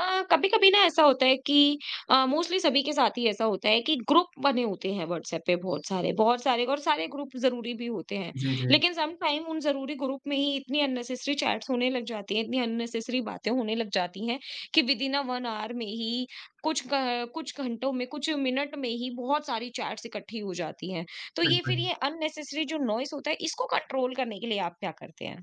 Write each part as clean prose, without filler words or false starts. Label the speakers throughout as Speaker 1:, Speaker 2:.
Speaker 1: कभी-कभी ना ऐसा होता है कि मोस्टली सभी के साथ ही ऐसा होता है कि ग्रुप बने होते हैं व्हाट्सएप पे बहुत सारे और सारे ग्रुप ज़रूरी भी होते हैं।
Speaker 2: जी, जी,
Speaker 1: लेकिन सम टाइम उन ज़रूरी ग्रुप में ही इतनी अननेसेसरी चैट्स होने लग जाती हैं, इतनी अननेसेसरी बातें होने लग जाती हैं कि विद इन अ 1 ऑवर में ही कुछ घंटों में, कुछ मिनट में ही बहुत सारी चैट्स इकट्ठी हो जाती हैं। तो ये फिर
Speaker 2: बिल्कुल।
Speaker 1: ये अननेसेसरी जो नॉइज़ होता है, इसको कंट्रोल करने के लिए आप क्या करते हैं?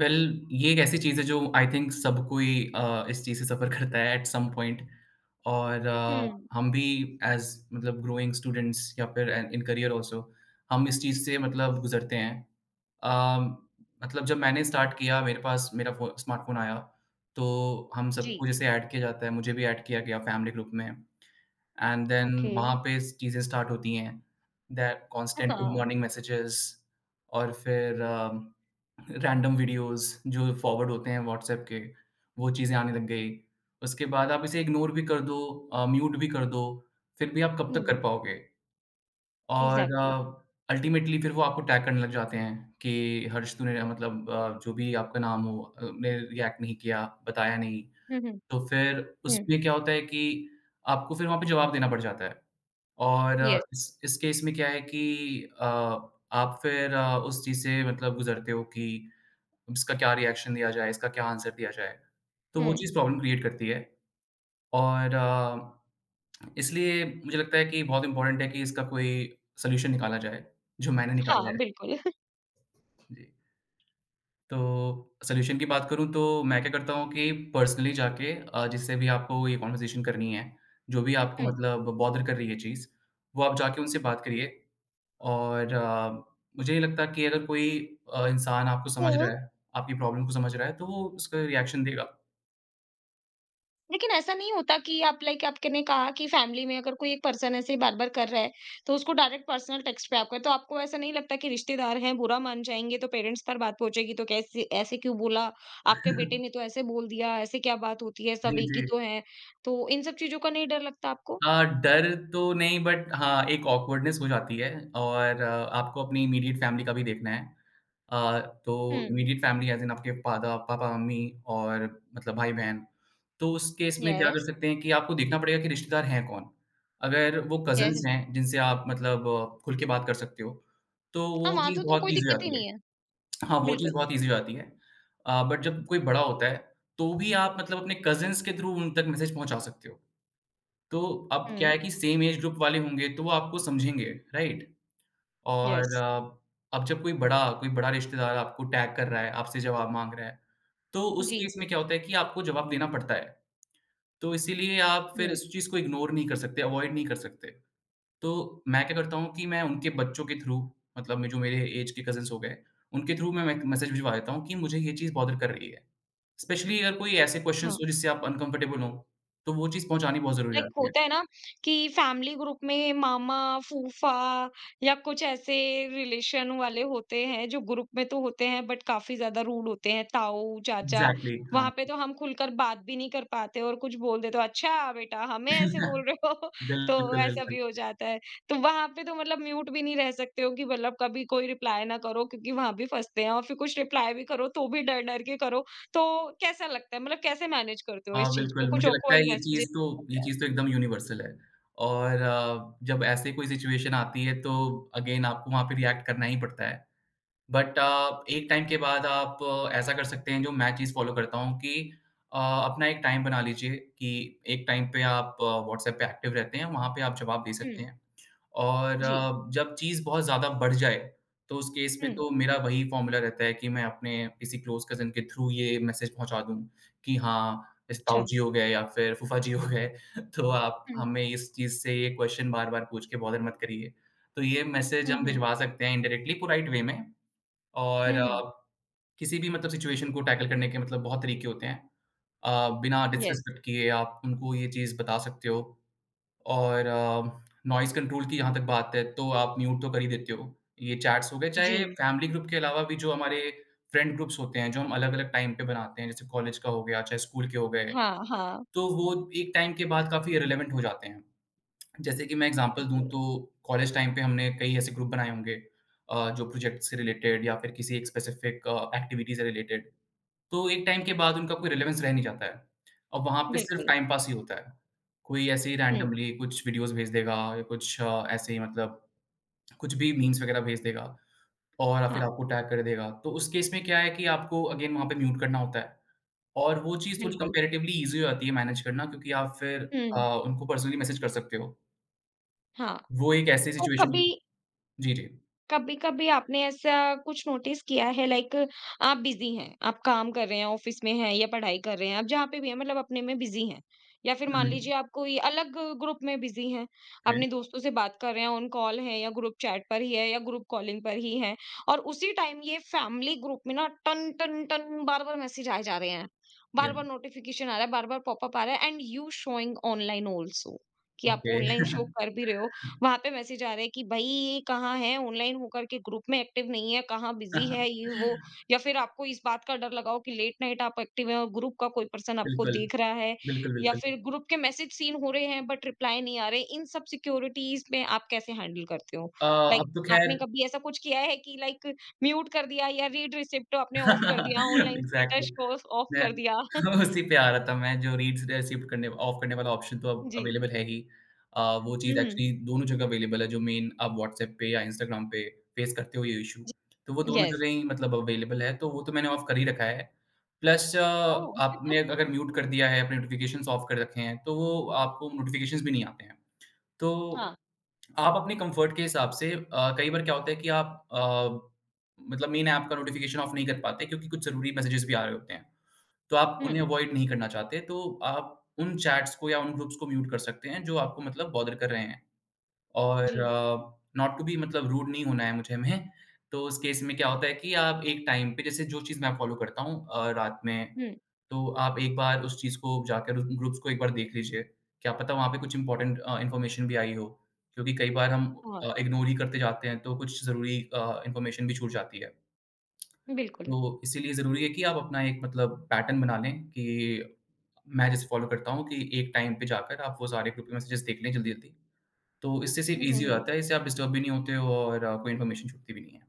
Speaker 2: वेल well, ये एक ऐसी चीज़ है जो आई थिंक सब कोई इस चीज़ से सफ़र करता है एट सम पॉइंट और
Speaker 1: हुँ।
Speaker 2: हम भी एज़ मतलब ग्रोइंग स्टूडेंट्स या फिर एन इन करियर ऑल्सो हम इस चीज़ से मतलब गुज़रते हैं। अ, मतलब जब मैंने स्टार्ट किया मेरे पास मेरा फ़ो स्मार्टफ़ोन आया, तो हम सबको
Speaker 1: जी।
Speaker 2: जैसे ऐड किया जाता है, मुझे भी ऐड किया गया फैमिली ग्रुप में। And then
Speaker 1: okay.
Speaker 2: वहाँ पे चीज़ें स्टार्ट होती हैं दैट कांस्टेंट गुड
Speaker 1: हाँ।
Speaker 2: मॉर्निंग मैसेजेस और फिर रैंडम वीडियोस जो फॉरवर्ड होते हैं व्हाट्सएप के वो चीज़ें आने लग गई। उसके बाद आप इसे इग्नोर भी कर दो म्यूट भी कर दो, फिर भी आप कब तक
Speaker 1: हुँ।
Speaker 2: कर पाओगे? और
Speaker 1: एग्ज़ैक्टली।
Speaker 2: अल्टीमेटली फिर वो आपको टैग करने लग जाते हैं कि हर्ष तूने मतलब जो भी आपका नाम हो, ने रिएक्ट नहीं किया, बताया नहीं।
Speaker 1: हुँ, हुँ।
Speaker 2: तो फिर
Speaker 1: हुँ,
Speaker 2: उसमें क्या होता है कि आपको फिर वहाँ पे जवाब देना पड़ जाता है। और
Speaker 1: यस।
Speaker 2: इस केस में क्या है कि अ, आप फिर उस चीज़ से मतलब गुज़रते हो कि इसका क्या रिएक्शन दिया जाए, इसका क्या आंसर दिया जाए। तो वो
Speaker 1: हुँ।
Speaker 2: चीज़ प्रॉब्लम क्रिएट करती है और इसलिए मुझे लगता है कि बहुत इम्पोर्टेंट है कि इसका कोई सॉल्यूशन निकाला जाए, जो मैंने निकाला
Speaker 1: हाँ,
Speaker 2: है।
Speaker 1: बिल्कुल।
Speaker 2: जी। तो सॉल्यूशन की बात करूँ तो मैं क्या करता हूँ कि पर्सनली जाके जिससे भी आपको ये कन्वर्सेशन करनी है, जो भी आपको
Speaker 1: हुँ।
Speaker 2: मतलब बॉदर कर रही है चीज़, वो आप जाके उनसे बात करिए। और मुझे नहीं लगता कि अगर कोई इंसान आपको
Speaker 1: तो
Speaker 2: समझ रहा है, आपकी प्रॉब्लम को समझ रहा है, तो वो उसका रिएक्शन देगा।
Speaker 1: लेकिन ऐसा नहीं होता कि आप लाइक आपने कहा कि फैमिली में अगर कोई एक पर्सन ऐसे ही बार-बार कर रहा है, तो उसको डायरेक्ट पर्सनल टेक्स्ट पे आप करें, तो आपको ऐसा नहीं लगता कि रिश्तेदार हैं, बुरा मान जाएँगे, तो पेरेंट्स पर बात पहुँचेगी, तो कैसे ऐसे क्यों बोला? आपके बेटे ने तो ऐसे बोल दिया, ऐसे क्या बात होती है, सब
Speaker 2: जी,
Speaker 1: एक
Speaker 2: जी।
Speaker 1: ही तो हैं। तो इन सब चीज़ों का नहीं डर लगता आपको?
Speaker 2: डर तो नहीं बट हाँ, एक ऑकवर्डनेस हो जाती है और आपको अपनी इमीडिएट फैमिली का भी देखना है। अ, तो
Speaker 1: हुँ।
Speaker 2: इमीडिएट फैमिली ऐज़ इन आपके फादर, पापा-मम्मी और मतलब भाई-बहन। तो उस केस में क्या कर
Speaker 1: यस,
Speaker 2: सकते हैं कि आपको देखना पड़ेगा कि रिश्तेदार हैं कौन? अगर वो कज़िन्स
Speaker 1: यस।
Speaker 2: हैं जिनसे आप मतलब खुल के बात कर सकते हो, तो
Speaker 1: हाँ,
Speaker 2: वो
Speaker 1: वहाँ
Speaker 2: चीज़
Speaker 1: तो
Speaker 2: बहुत
Speaker 1: कोई
Speaker 2: ईज़ी हो
Speaker 1: दिक्कत ही
Speaker 2: जाती है।
Speaker 1: नहीं है।
Speaker 2: हाँ, वो चीज़
Speaker 1: बिल्कुल।
Speaker 2: बहुत ईज़ी हो जाती है। बट जब कोई बड़ा होता है, तो भी आप मतलब अपने कज़िन्स के थ्रू उन तक मैसेज पहुँचा सकते हो। तो अब क्या
Speaker 1: हुँ।
Speaker 2: है कि सेम एज ग्रुप वाले होंगे तो वो आपको समझेंगे, राइट? और
Speaker 1: यस।
Speaker 2: अब जब कोई बड़ा रिश्तेदार आपको टैग कर रहा है, आपसे जवाब माँग रहा है, तो उस
Speaker 1: जी।
Speaker 2: केस में क्या होता है कि आपको जवाब देना पड़ता है। तो इसीलिए आप फिर
Speaker 1: हुँ।
Speaker 2: इस चीज़ को इग्नोर नहीं कर सकते, अवॉइड नहीं कर सकते। तो मैं क्या करता हूँ कि मैं उनके बच्चों के थ्रू मतलब में जो मेरे एज के कज़िन्स हो गए, उनके थ्रू मैं मैक मैसेज भिजवा देता हूँ कि मुझे ये चीज़ बॉदर कर रही है। स्पेशली अगर कोई ऐसे क्वेश्चन्स
Speaker 1: हाँ।
Speaker 2: हो जिससे आप अनकम्फर्टेबल हो, तो वो चीज़ पहुँचानी बहुत ज़रूरी हो
Speaker 1: लाइक
Speaker 2: जाती है।
Speaker 1: होता है ना कि फैमिली ग्रुप में मामा फूफा या कुछ ऐसे रिलेशन वाले होते हैं जो ग्रुप में तो होते हैं बट काफी ज्यादा रूड होते हैं ताऊ चाचा
Speaker 2: एग्ज़ैक्टली, हाँ।
Speaker 1: वहां पे तो हम खुलकर बात भी नहीं कर पाते और कुछ बोल देते हो अच्छा बेटा हमें ऐसे बोल रहे हो। तो
Speaker 2: बिल्कुल,
Speaker 1: ऐसा
Speaker 2: बिल्कुल।
Speaker 1: भी हो जाता है। तो वहां पे तो मतलब म्यूट भी नहीं रह सकते हो कि मतलब कभी कोई रिप्लाई ना करो क्योंकि वहां भी फंसते हैं और फिर कुछ रिप्लाई भी करो तो भी डर डर के करो। तो कैसा लगता है, मतलब कैसे मैनेज करते हो इस
Speaker 2: हाँ,
Speaker 1: चीज को,
Speaker 2: बिल्कुल,
Speaker 1: कुछ
Speaker 2: मुझे लगता है
Speaker 1: ऑकवर्ड
Speaker 2: ये चीज़
Speaker 1: मैसेजेस?
Speaker 2: तो ये चीज़ तो एकदम यूनिवर्सल है और जब ऐसे कोई सिचुएशन आती है तो अगेन आपको वहाँ पे रिएक्ट करना ही पड़ता है। बट एक टाइम के बाद आप ऐसा कर सकते हैं जो मैं चीज़ फ़ॉलो करता हूँ कि अपना एक टाइम बना लीजिए कि एक टाइम पे आप व्हाट्सएप पे एक्टिव रहते हैं, वहाँ पे आप जवाब दे
Speaker 1: हुँ,
Speaker 2: सकते हैं। और
Speaker 1: जी,
Speaker 2: जब चीज़ बहुत ज़्यादा बढ़ जाए, तो उस केस में
Speaker 1: हुँ,
Speaker 2: तो मेरा वही फ़ॉर्मूला रहता है कि मैं अपने किसी क्लोज़ कज़िन के थ्रू ये मैसेज पहुँचा दूँ कि हाँ, जैसे ताऊ
Speaker 1: अच्छा,
Speaker 2: जी हो गए या फिर फूफा जी हो गए, तो आप
Speaker 1: हुँ,
Speaker 2: हमें इस चीज़ से ये क्वेश्चन बार-बार पूछ के बॉदर मत करिए। तो ये मैसेज
Speaker 1: हुँ,
Speaker 2: हम
Speaker 1: हुँ,
Speaker 2: भिजवा सकते हैं इनडायरेक्टली पोलाइट वे में और
Speaker 1: हुँ, हुँ,
Speaker 2: किसी भी मतलब सिचुएशन को टैकल करने के मतलब बहुत तरीके होते हैं। बिना
Speaker 1: येस,
Speaker 2: डिसरिस्पेक्ट किए आप उनको ये चीज़ बता सकते हो। और नॉइज़ कंट्रोल की जहाँ तक बात है, तो आप म्यूट तो कर ही देते हो। ये चैट्स हो गए, चाहे
Speaker 1: जी,
Speaker 2: फैमिली ग्रुप के अलावा भी जो हमारे फ्रेंड ग्रुप्स होते हैं, जो हम अलग-अलग टाइम पे बनाते हैं, जैसे कॉलेज का हो गया, चाहे स्कूल के हो गए,
Speaker 1: हाँ, हाँ,
Speaker 2: तो वो एक टाइम के बाद काफ़ी इर्रेलेवेंट हो जाते हैं। जैसे कि मैं एग्ज़ाम्पल दूँ
Speaker 1: बिल्कुल,
Speaker 2: तो कॉलेज टाइम पे हमने कई ऐसे ग्रुप बनाए होंगे जो प्रोजेक्ट से रिलेटेड या फिर किसी एक स्पेसिफ़िक एक्टिविटी से रिलेटेड। तो एक टाइम के बाद उनका कोई रिलेवेंस रह नहीं जाता है। अब वहाँ पे सिर्फ़
Speaker 1: बिल्कुल,
Speaker 2: टाइम पास ही होता है। कोई ऐसे ही
Speaker 1: हुँ,
Speaker 2: रैंडमली कुछ वीडियोज़ भेज देगा या कुछ ऐसे ही मतलब कुछ भी मीम्स वगैरह भेज देगा और
Speaker 1: हाँ,
Speaker 2: फिर आपको टैग कर देगा। तो उस केस में क्या है कि आपको अगेन वहाँ पे म्यूट करना होता है और वो चीज़ थोड़ी
Speaker 1: बिल्कुल,
Speaker 2: कंपैरेटिवली ईज़ी हो जाती है मैनेज करना क्योंकि आप फिर अ,
Speaker 1: हुँ,
Speaker 2: उनको पर्सनली मैसेज कर सकते हो।
Speaker 1: हाँ,
Speaker 2: वो एक ऐसी
Speaker 1: तो
Speaker 2: सिचुएशन
Speaker 1: कभी
Speaker 2: होती जी, जी।
Speaker 1: कभी-कभी आपने ऐसा कुछ नोटिस किया है लाइक आप बिज़ी हैं, आप काम कर रहे हैं, ऑफ़िस में हैं या पढ़ाई कर रहे हैं, आप जहाँ पे भी हैं मतलब अपने में बिज़ी हैं। या फिर
Speaker 2: हुँ,
Speaker 1: मान
Speaker 2: हुँ।
Speaker 1: लीजिए आप कोई अलग ग्रुप में बिज़ी हैं,
Speaker 2: ओके,
Speaker 1: अपने दोस्तों से बात कर रहे हैं, ऑन कॉल हैं या ग्रुप चैट पर ही है या ग्रुप कॉलिंग पर ही हैं और उसी टाइम ये फैमिली ग्रुप में ना टन, टन, टन बार-बार मैसेज आए जा रहे हैं।
Speaker 2: या
Speaker 1: बार-बार नोटिफ़िकेशन आ रहा है, बार-बार पॉपअप आ रहा है, and you showing online also कि आप
Speaker 2: ओके।
Speaker 1: ऑनलाइन शो कर भी रहे हो। वहां पे मैसेज आ रहे हैं कि भाई ये कहाँ है, ऑनलाइन होकर के ग्रुप में एक्टिव नहीं है, कहाँ बिजी है, ये वो। या फिर आपको इस बात का डर लगाओ कि लेट नाइट आप एक्टिव हैं और ग्रुप का कोई पर्सन आपको
Speaker 2: बिल्कुल,
Speaker 1: देख रहा है।
Speaker 2: बिल्कुल,
Speaker 1: या
Speaker 2: बिल्कुल।
Speaker 1: फिर ग्रुप के मैसेज सीन हो रहे हैं बट रिप्लाई नहीं आ रहे, इन सब सिक्योरिटीज में आप कैसे हैंडल करते हो,
Speaker 2: अ,
Speaker 1: लाइक
Speaker 2: अब तो
Speaker 1: आपने
Speaker 2: ख़ैर
Speaker 1: कभी ऐसा कुछ किया है कि लाइक म्यूट कर दिया या रीड रिसिप्ट आपने ऑफ कर दिया, ऑनलाइन
Speaker 2: एग्ज़ैक्टली
Speaker 1: स्टेटस को ऑफ
Speaker 2: मैं
Speaker 1: कर दिया?
Speaker 2: उसी पे आ रहा था मैं जो रीड्स रिसीव करने ऑफ करने वाला ऑप्शन तो अब
Speaker 1: जी।
Speaker 2: अवेलेबल है ही। वो चीज़
Speaker 1: हम्म।
Speaker 2: एक्चुअली दोनों जगह अवेलेबल है जो मेन आप व्हाट्सएप पे या इंस्टाग्राम पे फेस करते हो ये इश्यू। तो वो दोनों
Speaker 1: यस।
Speaker 2: जगह ही मतलब अवेलेबल है तो वो तो मैंने ऑफ कर ही रखा है। प्लस
Speaker 1: ओ।
Speaker 2: आपने अगर म्यूट कर दिया है अपने नोटिफ़िकेशंस ऑफ कर रखे हैं तो वो आपको नोटिफ़िकेशंस भी नहीं आते हैं। तो
Speaker 1: हाँ।
Speaker 2: आप अपने कम्फर्ट के हिसाब से कई बार क्या होता है कि आप मतलब मेन ऐप का नोटिफ़िकेशन ऑफ नहीं कर पाते क्योंकि कुछ ज़रूरी मैसेजेस भी आ रहे होते हैं। तो आप
Speaker 1: हम्म।
Speaker 2: उन्हें अवॉइड नहीं करना चाहते, तो आप उन चैट्स को या उन ग्रुप्स को म्यूट कर सकते हैं जो आपको मतलब बॉदर कर रहे हैं। और
Speaker 1: जी।
Speaker 2: नॉट टू बी मतलब रूड नहीं होना है मुझे में, तो उस केस में क्या होता है कि आप एक टाइम पे जैसे जो चीज़ मैं फ़ॉलो करता हूँ रात में
Speaker 1: हम्म।
Speaker 2: तो आप एक बार उस चीज़ को जाकर उस ग्रुप्स को एक बार देख लीजिए, क्या पता वहाँ पे कुछ इम्पोर्टेंट इन्फॉर्मेशन भी आई हो, क्योंकि कई बार हम इग्नोर ही करते जाते हैं, तो कुछ ज़रूरी इन्फॉर्मेशन भी छूट जाती है।
Speaker 1: बिल्कुल।
Speaker 2: तो इसीलिए ज़रूरी है कि आप अपना एक मतलब पैटर्न बना लें कि मैं जैसे फ़ॉलो करता हूँ कि एक टाइम पे जाकर आप वो सारे ग्रुप के मैसेजेस देख लें जल्दी-जल्दी। तो इससे सिर्फ़
Speaker 1: हुँ, हुँ,
Speaker 2: ईज़ी हो
Speaker 1: हुँ।
Speaker 2: जाता है, इससे आप डिस्टर्ब भी नहीं होते हो और कोई इन्फॉर्मेशन छूटती भी नहीं है।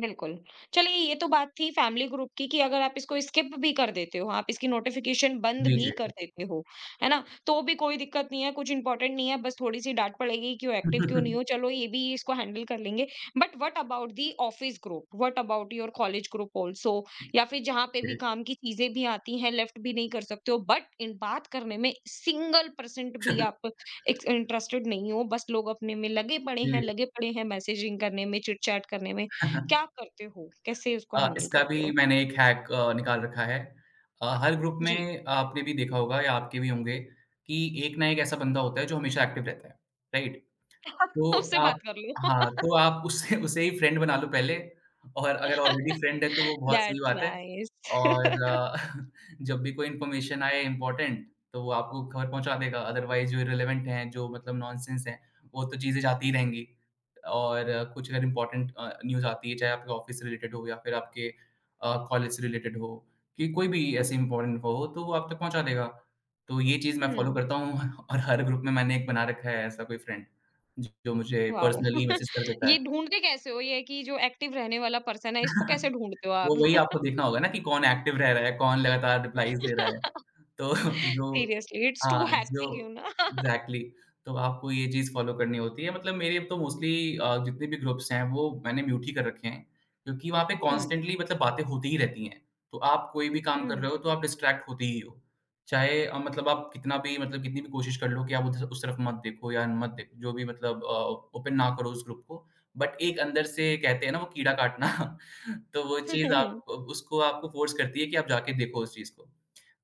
Speaker 1: बिल्कुल। चलिए ये तो बात थी फैमिली ग्रुप की कि अगर आप इसको स्किप भी कर देते हो, आप इसकी नोटिफ़िकेशन बंद
Speaker 2: जी,
Speaker 1: भी
Speaker 2: जी।
Speaker 1: कर देते हो, है ना? तो भी कोई दिक्कत नहीं है, कुछ इम्पोर्टेंट नहीं है, बस थोड़ी-सी डाँट पड़ेगी, क्यों एक्टिव क्यों नहीं हो? चलो ये भी, इसको हैंडल कर लेंगे। But what about the office group? What about your college group also? या फिर जहाँ पे भी
Speaker 2: जी।
Speaker 1: काम की चीज़ें भी आती हैं, लेफ्ट भी नहीं कर सकते हो, बट इन बात करने में सिंगल परसेंट भी आप एक इंटरेस्टेड नहीं हो, बस लोग अपने में लगे पड़े हैं,
Speaker 2: जी।
Speaker 1: लगे पड़े हैं मैसेजिंग करने में, चिट-चैट करने में। क्या करते हो? कैसे उसको हैंडल
Speaker 2: इसका
Speaker 1: करते
Speaker 2: भी
Speaker 1: हो?
Speaker 2: मैंने एक हैक निकाल रखा है। हर ग्रुप
Speaker 1: जी।
Speaker 2: में आपने भी देखा होगा या आपके भी होंगे कि एक ना एक ऐसा बंदा होता है जो हमेशा एक्टिव रहता है, राइट? तो
Speaker 1: उससे बात
Speaker 2: आप
Speaker 1: कर लो।
Speaker 2: हाँ, तो आप उससे उसे ही फ्रेंड बना लो पहले और अगर ऑलरेडी फ्रेंड है तो वो बहुत सही
Speaker 1: दैट्स
Speaker 2: बात है
Speaker 1: नाइस।
Speaker 2: और जब भी कोई इन्फॉर्मेशन आए इम्पोर्टेंट तो वो आपको खबर पहुँचा देगा, अदरवाइज़ जो इर्रेलेवेंट हैं, जो मतलब नॉनसेंस हैं, वो तो चीज़ें जाती ही रहेंगी और कुछ अगर इम्पोर्टेंट न्यूज़ आती है, चाहे आपके ऑफ़िस से रिलेटेड हो या फिर आपके कॉलेज से रिलेटेड हो, कि कोई भी ऐसी इम्पोर्टेंट इन्फो हो, तो वो आप तक पहुँचा देगा। तो ये चीज़ मैं फ़ॉलो
Speaker 1: हुँ,
Speaker 2: करता हूँ और हर ग्रुप में मैंने एक बना रखा है ऐसा कोई फ्रेंड। जो मुझे
Speaker 1: वाओ!
Speaker 2: पर्सनली मैसेज कर देता है।
Speaker 1: ये ढूँढते कैसे हो ये कि जो एक्टिव रहने वाला पर्सन है, इसको कैसे ढूँढते हो
Speaker 2: वो
Speaker 1: आप?
Speaker 2: वही आपको देखना होगा ना कि कौन एक्टिव रह रहा है, कौन लगातार रिप्लाईज़ दे रहा है। तो जो
Speaker 1: सीरियसली इट्स टू
Speaker 2: हाँ, जो
Speaker 1: हैक्टिक यू ना।
Speaker 2: एग्ज़ैक्टली तो आपको ये चीज़ फ़ॉलो करनी होती है। मतलब मेरे तो मोस्टली जितने भी ग्रुप्स हैं वो मैंने म्यूट ही कर रखे हैं, क्योंकि वहाँ पे
Speaker 1: हुँ,
Speaker 2: कॉन्स्टेंटली मतलब बातें होती ही रहती हैं। तो आप कोई भी काम कर
Speaker 1: हुँ।
Speaker 2: रहे हो तो आप डिस्ट्रैक्ट होते ही हो। चाहे मतलब आप कितना भी मतलब कितनी भी कोशिश कर लो कि आप उधर उस तरफ मत देखो या मत देखो जो भी मतलब ओपन ना करो उस ग्रुप को। बट एक अंदर से कहते हैं ना वो कीड़ा काटना तो वो चीज़ आप उसको आपको फ़ोर्स करती है कि आप जाके देखो उस चीज़ को।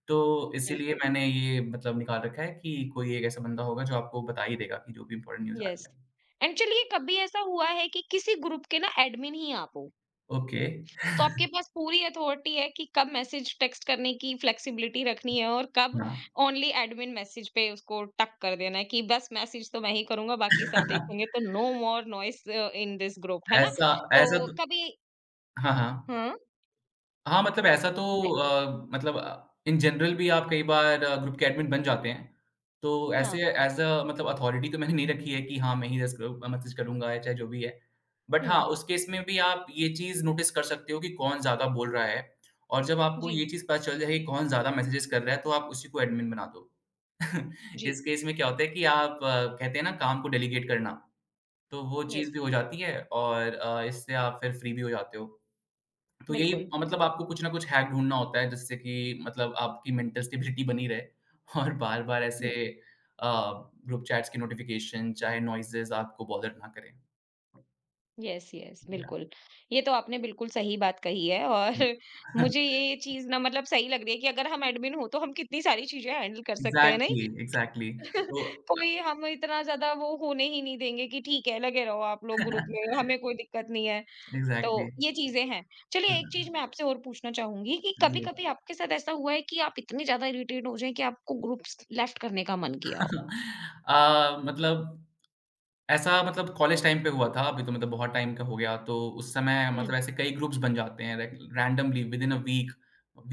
Speaker 2: तो इसीलिए
Speaker 1: बिल्कुल,
Speaker 2: मैंने ये मतलब निकाल रखा है कि कोई एक ऐसा बंदा होगा जो आपको बता ही देगा कि जो भी इम्पोर्टेंट न्यूज़ आ रही
Speaker 1: यस।
Speaker 2: है।
Speaker 1: एंड चलिए कभी ऐसा हुआ है कि किसी ग्रुप के ना एडमिन ही आप हो?
Speaker 2: ओके,
Speaker 1: तो आपके पास पूरी अथॉरिटी है कि कब मैसेज टेक्स्ट करने की फ्लेक्सिबिलिटी रखनी है और कब
Speaker 2: हाँ।
Speaker 1: ओनली एडमिन मैसेज पे उसको टक कर देना है कि बस मैसेज तो मैं ही करूंगा, बाकी सब देखेंगे, तो no more noise in this group, है ना?
Speaker 2: ऐसा
Speaker 1: तो
Speaker 2: ऐसा तो
Speaker 1: कभी
Speaker 2: हाँ, हाँ।
Speaker 1: हाँ
Speaker 2: हाँ, मतलब ऐसा तो
Speaker 1: ने-
Speaker 2: मतलब इन जनरल भी आप कई बार ग्रुप के एडमिन बन जाते हैं। तो ऐसे
Speaker 1: हाँ।
Speaker 2: एज़ अ मतलब अथॉरिटी तो मैंने नहीं रखी है कि हाँ, मैं ही जस्ट ग्रुप मैसेज करूँगा या चाहे जो भी है। बट हाँ,
Speaker 1: हम्म।
Speaker 2: उस केस में भी आप ये चीज़ नोटिस कर सकते हो कि कौन ज़्यादा बोल रहा है और जब आपको ये
Speaker 1: जी।
Speaker 2: चीज़ पता चल जाए कि कौन ज़्यादा मैसेजेस कर रहा है, तो आप उसी को एडमिन बना दो।
Speaker 1: जी।
Speaker 2: इस केस में क्या होता है कि आप कहते हैं ना काम को डेलीगेट करना, तो वो चीज़
Speaker 1: यस।
Speaker 2: भी हो जाती है और इससे आप फिर फ्री भी हो जाते हो। तो यही
Speaker 1: बिल्कुल।
Speaker 2: मतलब आपको कुछ ना कुछ हैक ढूँढना होता है जिससे कि मतलब आपकी मेंटल स्टेबिलिटी बनी रहे और बार-बार ऐसे
Speaker 1: हम्म।
Speaker 2: अ, ग्रुप चैट्स की नोटिफ़िकेशन चाहे नॉइसेज़ आपको बॉदर ना करें।
Speaker 1: Yes, yes.
Speaker 2: या
Speaker 1: बिल्कुल, ये तो आपने बिल्कुल सही बात कही है। और मुझे ये चीज ना मतलब सही लग रही है कि अगर हम एडमिन हो तो हम कितनी सारी चीजें हैंडल कर सकते हैं, नहीं?
Speaker 2: एग्ज़ैक्टली, एग्ज़ैक्टली तो
Speaker 1: कोई हम इतना ज़्यादा वो होने ही नहीं देंगे कि ठीक है, लगे रहो आप लोग ग्रुप में, हमें कोई दिक्कत नहीं है। तो
Speaker 2: एग्ज़ैक्टली।
Speaker 1: ये चीज़ें हैं। चलिए एक चीज़ मैं आपसे और पूछना चाहूँगी कि
Speaker 2: जी।
Speaker 1: कभी-कभी आपके साथ ऐसा हुआ है कि आप इतने ज़्यादा इरिटेट हो जाएँ कि आपको ग्रुप्स लेफ्ट करने का मन किया हो?
Speaker 2: मतलब ऐसा मतलब कॉलेज टाइम पे हुआ था, अभी तो मतलब बहुत टाइम का हो गया, तो उस समय
Speaker 1: हुँ,
Speaker 2: मतलब ऐसे कई ग्रुप्स बन जाते हैं रैक randomly within a week,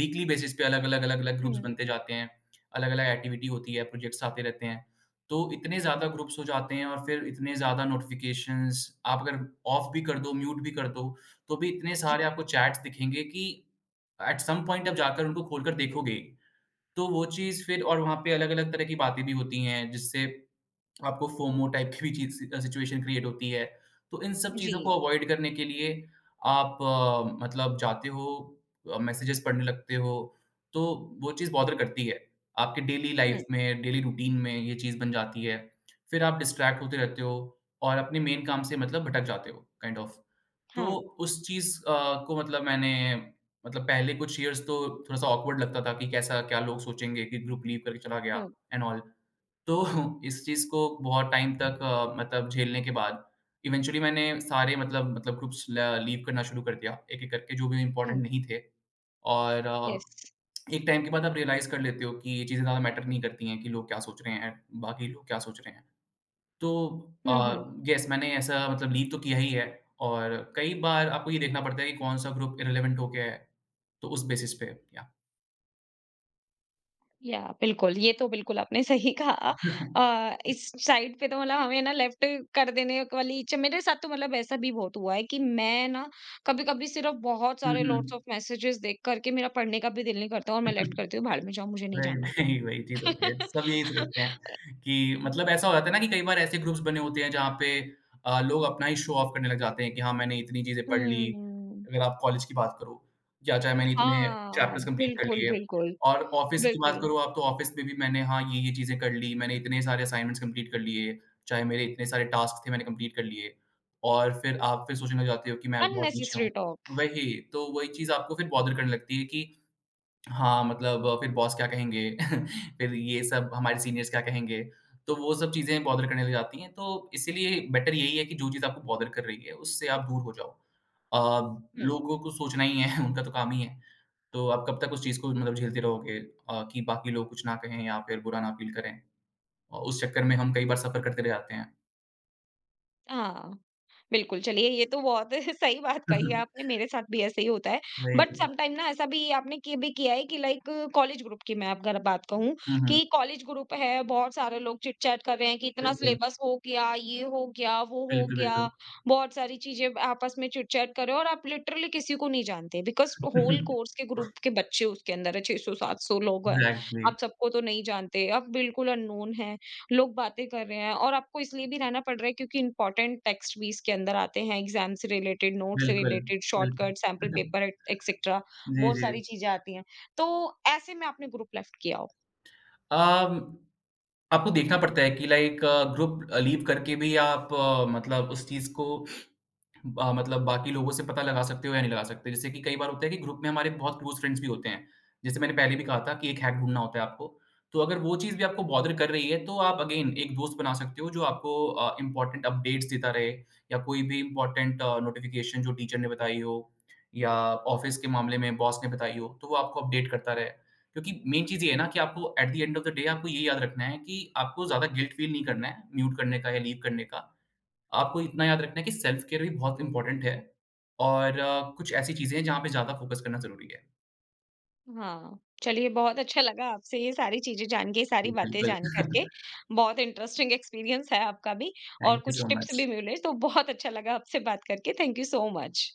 Speaker 2: weekly basis पे अलग-अलग, अलग-अलग ग्रुप्स
Speaker 1: हुँ।
Speaker 2: बनते जाते हैं, अलग-अलग एक्टिविटी होती है, प्रोजेक्ट्स आते रहते हैं। तो इतने ज़्यादा ग्रुप्स हो जाते हैं और फिर इतने ज़्यादा नोटिफ़िकेशंस, आप अगर ऑफ भी कर दो, म्यूट भी कर दो, तो भी इतने
Speaker 1: जी,
Speaker 2: सारे आपको चैट्स दिखेंगे कि एट सम पॉइंट आप जाकर उनको खोलकर देखोगे, तो वो चीज़ फिर और वहाँ पे अलग-अलग तरह की बातें भी होती हैं, जिससे आपको फोमो टाइप की भी चीज़ सि सिचुएशन क्रिएट होती है। तो इन सब
Speaker 1: जी।
Speaker 2: चीज़ों को अवॉइड करने के लिए आप मतलब जाते हो मैसेजेस पढ़ने लगते हो, तो वो चीज़ बॉदर करती है। आपके डेली लाइफ
Speaker 1: हुँ,
Speaker 2: में, डेली रूटीन में ये चीज़ बन जाती है। फिर आप डिस्ट्रैक्ट होते रहते हो और अपने मेन काम से मतलब भटक जाते हो काइंड kind ऑफ। of। तो
Speaker 1: हाँ।
Speaker 2: उस चीज़ को मतलब मैंने मतलब पहले कुछ ईयर्स तो थोड़ा-सा ऑकवर्ड लगता था कि कैसा क्या लोग सोचेंगे कि ग्रुप लीव करके चला गया
Speaker 1: हुँ,
Speaker 2: एंड ऑल। तो इस चीज़ को बहुत टाइम तक मतलब झेलने के बाद इवेंचुअली मैंने सारे मतलब ग्रुप्स ल लीव करना शुरू कर दिया, एक-एक करके जो भी इम्पोर्टेंट
Speaker 1: हुँ।
Speaker 2: नहीं थे। और
Speaker 1: येस।
Speaker 2: एक टाइम के बाद आप रियलाइज़ कर लेते हो कि ये चीज़ें ज़्यादा मैटर नहीं करती हैं कि लोग क्या सोच रहे हैं, बाकी लोग क्या सोच रहे हैं। तो
Speaker 1: हुँ, हुँ।
Speaker 2: येस मैंने ऐसा मतलब लीव तो किया ही है और कई बार आपको ये देखना पड़ता है कि कौन-सा ग्रुप इर्रेलेवेंट हो गया है, तो उस बेसिस पे या
Speaker 1: या बिल्कुल, ये तो बिल्कुल आपने सही कहा। इस साइड पे तो मतलब हमें ना लेफ्ट कर देने वाली च मेरे साथ तो मतलब ऐसा भी बहुत हुआ है कि मैं ना कभी-कभी सिर्फ़ बहुत
Speaker 2: हुँ,
Speaker 1: सारे
Speaker 2: हुँ।
Speaker 1: लॉट्स ऑफ़ मैसेजेस देख कर के मेरा पढ़ने का भी दिल नहीं करता और मैं लेफ्ट करती हूँ, भाड़ में जाओ, मुझे नहीं
Speaker 2: वही,
Speaker 1: जानना।
Speaker 2: वही, वही चीज़ होती है। सब यही सोचते हैं कि मतलब ऐसा हो जाता है ना कि कई बार ऐसे ग्रुप्स बने होते हैं जहाँ पे लोग अपना ही शो ऑफ करने लग जाते हैं कि हाँ, मैंने इतनी चीज़ें पढ़ ली,
Speaker 1: हुँ,
Speaker 2: अगर आप कॉलेज की बात करो या चाहे मैंने इतने
Speaker 1: हाँ,
Speaker 2: चैप्टर्स कंप्लीट कर
Speaker 1: बिल्कुल,
Speaker 2: लिए
Speaker 1: बिल्कुल,
Speaker 2: और ऑफ़िस की बात
Speaker 1: बिल्कुल,
Speaker 2: करो आप तो ऑफ़िस में भी मैंने हाँ, ये-ये चीज़ें कर ली, मैंने इतने सारे असाइनमेंट्स कंप्लीट कर लिए, चाहे मेरे इतने सारे टास्क थे मैंने कंप्लीट कर लिए और फिर आप फिर सोचने लग जाते हो कि मैं बहुत पीछे
Speaker 1: अननेसेसरी
Speaker 2: हूँ।
Speaker 1: टॉक।
Speaker 2: वही, तो वही चीज़ आपको फिर बॉदर करने लगती है कि हाँ, मतलब फिर बॉस क्या कहेंगे? फिर ये सब हमारे सीनियर्स क्या कहेंगे? तो वो सब चीज़ें बॉदर करने लग जाती हैं, तो इसीलिए बेटर यही है कि जो चीज़ आपको बॉदर कर रही है, उससे आप दूर हो जाओ। अ,
Speaker 1: हुँ,
Speaker 2: लोगों को सोचना ही है, उनका तो काम ही है। तो आप कब तक उस चीज़ को मतलब झेलते रहोगे कि बाकी लोग कुछ ना कहें या फिर बुरा ना फ़ील करें? उस चक्कर में हम कई बार सफ़र करते रह जाते हैं।
Speaker 1: हाँ। बिल्कुल, चलिए ये तो बहुत सही बात कही है आपने, मेरे साथ भी ऐसे ही होता है। बट
Speaker 2: वही।
Speaker 1: समटाइम ना ऐसा भी आपने कि भी किया है कि लाइक कॉलेज ग्रुप की मैं अगर बात कहूँ
Speaker 2: हुँ, हुँ।
Speaker 1: कि कॉलेज ग्रुप है, बहुत सारे लोग चिट-चैट कर रहे हैं कि इतना
Speaker 2: बिल्कुल,
Speaker 1: सिलेबस हो गया, ये हो गया, वो हो
Speaker 2: बिल्कुल,
Speaker 1: गया।
Speaker 2: बिल्कुल।
Speaker 1: बहुत सारी चीज़ें आपस में चिट-चैट कर रहे हो और आप लिटरली किसी को नहीं जानते बिकॉज़ होल कोर्स के ग्रुप के बच्चे उसके अंदर है, 600-700 लोग हैं।
Speaker 2: एग्ज़ैक्टली।
Speaker 1: आप सबको तो नहीं जानते, आप बिल्कुल अननोन हैं। लोग बातें कर रहे हैं और आपको इसलिए भी रहना पड़ रहा है क्योंकि इम्पोर्टेंट टेक्स्ट भी इसके अंदर आते हैं, एग्ज़ाम से रिलेटेड, नोट्स से
Speaker 2: बिल्कुल,
Speaker 1: रिलेटेड,
Speaker 2: बिल्कुल।
Speaker 1: Shortcut, sample paper et cetera.
Speaker 2: जी,
Speaker 1: बहुत
Speaker 2: जी।
Speaker 1: सारी चीज़ें आती हैं। तो ऐसे में आपने ग्रुप लेफ्ट किया हो।
Speaker 2: अम, आपको देखना पड़ता है कि लाइक ग्रुप लीव करके भी आप मतलब उस चीज़ को मतलब बाकी लोगों से पता लगा सकते हो या नहीं लगा सकते। जैसे कि कई बार होता है कि ग्रुप में हमारे बहुत क्लोज़ फ्रेंड्स भी होते हैं। जैसे मैंने पहले भी कहा था कि एक हैक ढूँढना होता है आपको। तो अगर वो चीज़ भी आपको बॉदर कर रही है तो आप अगेन एक दोस्त बना सकते हो जो आपको इम्पोर्टेंट अपडेट्स देता रहे या कोई भी इम्पोर्टेंट नोटिफ़िकेशन जो टीचर ने बताई हो या ऑफ़िस के मामले में बॉस ने बताई हो, तो वो आपको अपडेट करता रहे। क्योंकि मेन चीज़ ये है ना कि आपको at the end of the day आपको ये याद रखना है कि आपको ज़्यादा गिल्ट फ़ील नहीं करना है म्यूट करने का या लीव करने का। आपको इतना याद रखना है कि सेल्फ केयर भी बहुत इम्पोर्टेंट है और कुछ ऐसी चीज़ें हैं जहाँ पे ज़्यादा फ़ोकस करना ज़रूरी है।
Speaker 1: हाँ, चलिए बहुत अच्छा लगा आपसे ये सारी चीज़ें जान के, ये सारी बातें
Speaker 2: बिल्कुल।
Speaker 1: जान कर के। बहुत इंटरेस्टिंग एक्सपीरियंस है आपका भी, और
Speaker 2: थैंक यू
Speaker 1: कुछ
Speaker 2: सो
Speaker 1: टिप्स
Speaker 2: मच।
Speaker 1: भी मिले, तो बहुत अच्छा लगा आपसे बात करके। Thank you so much.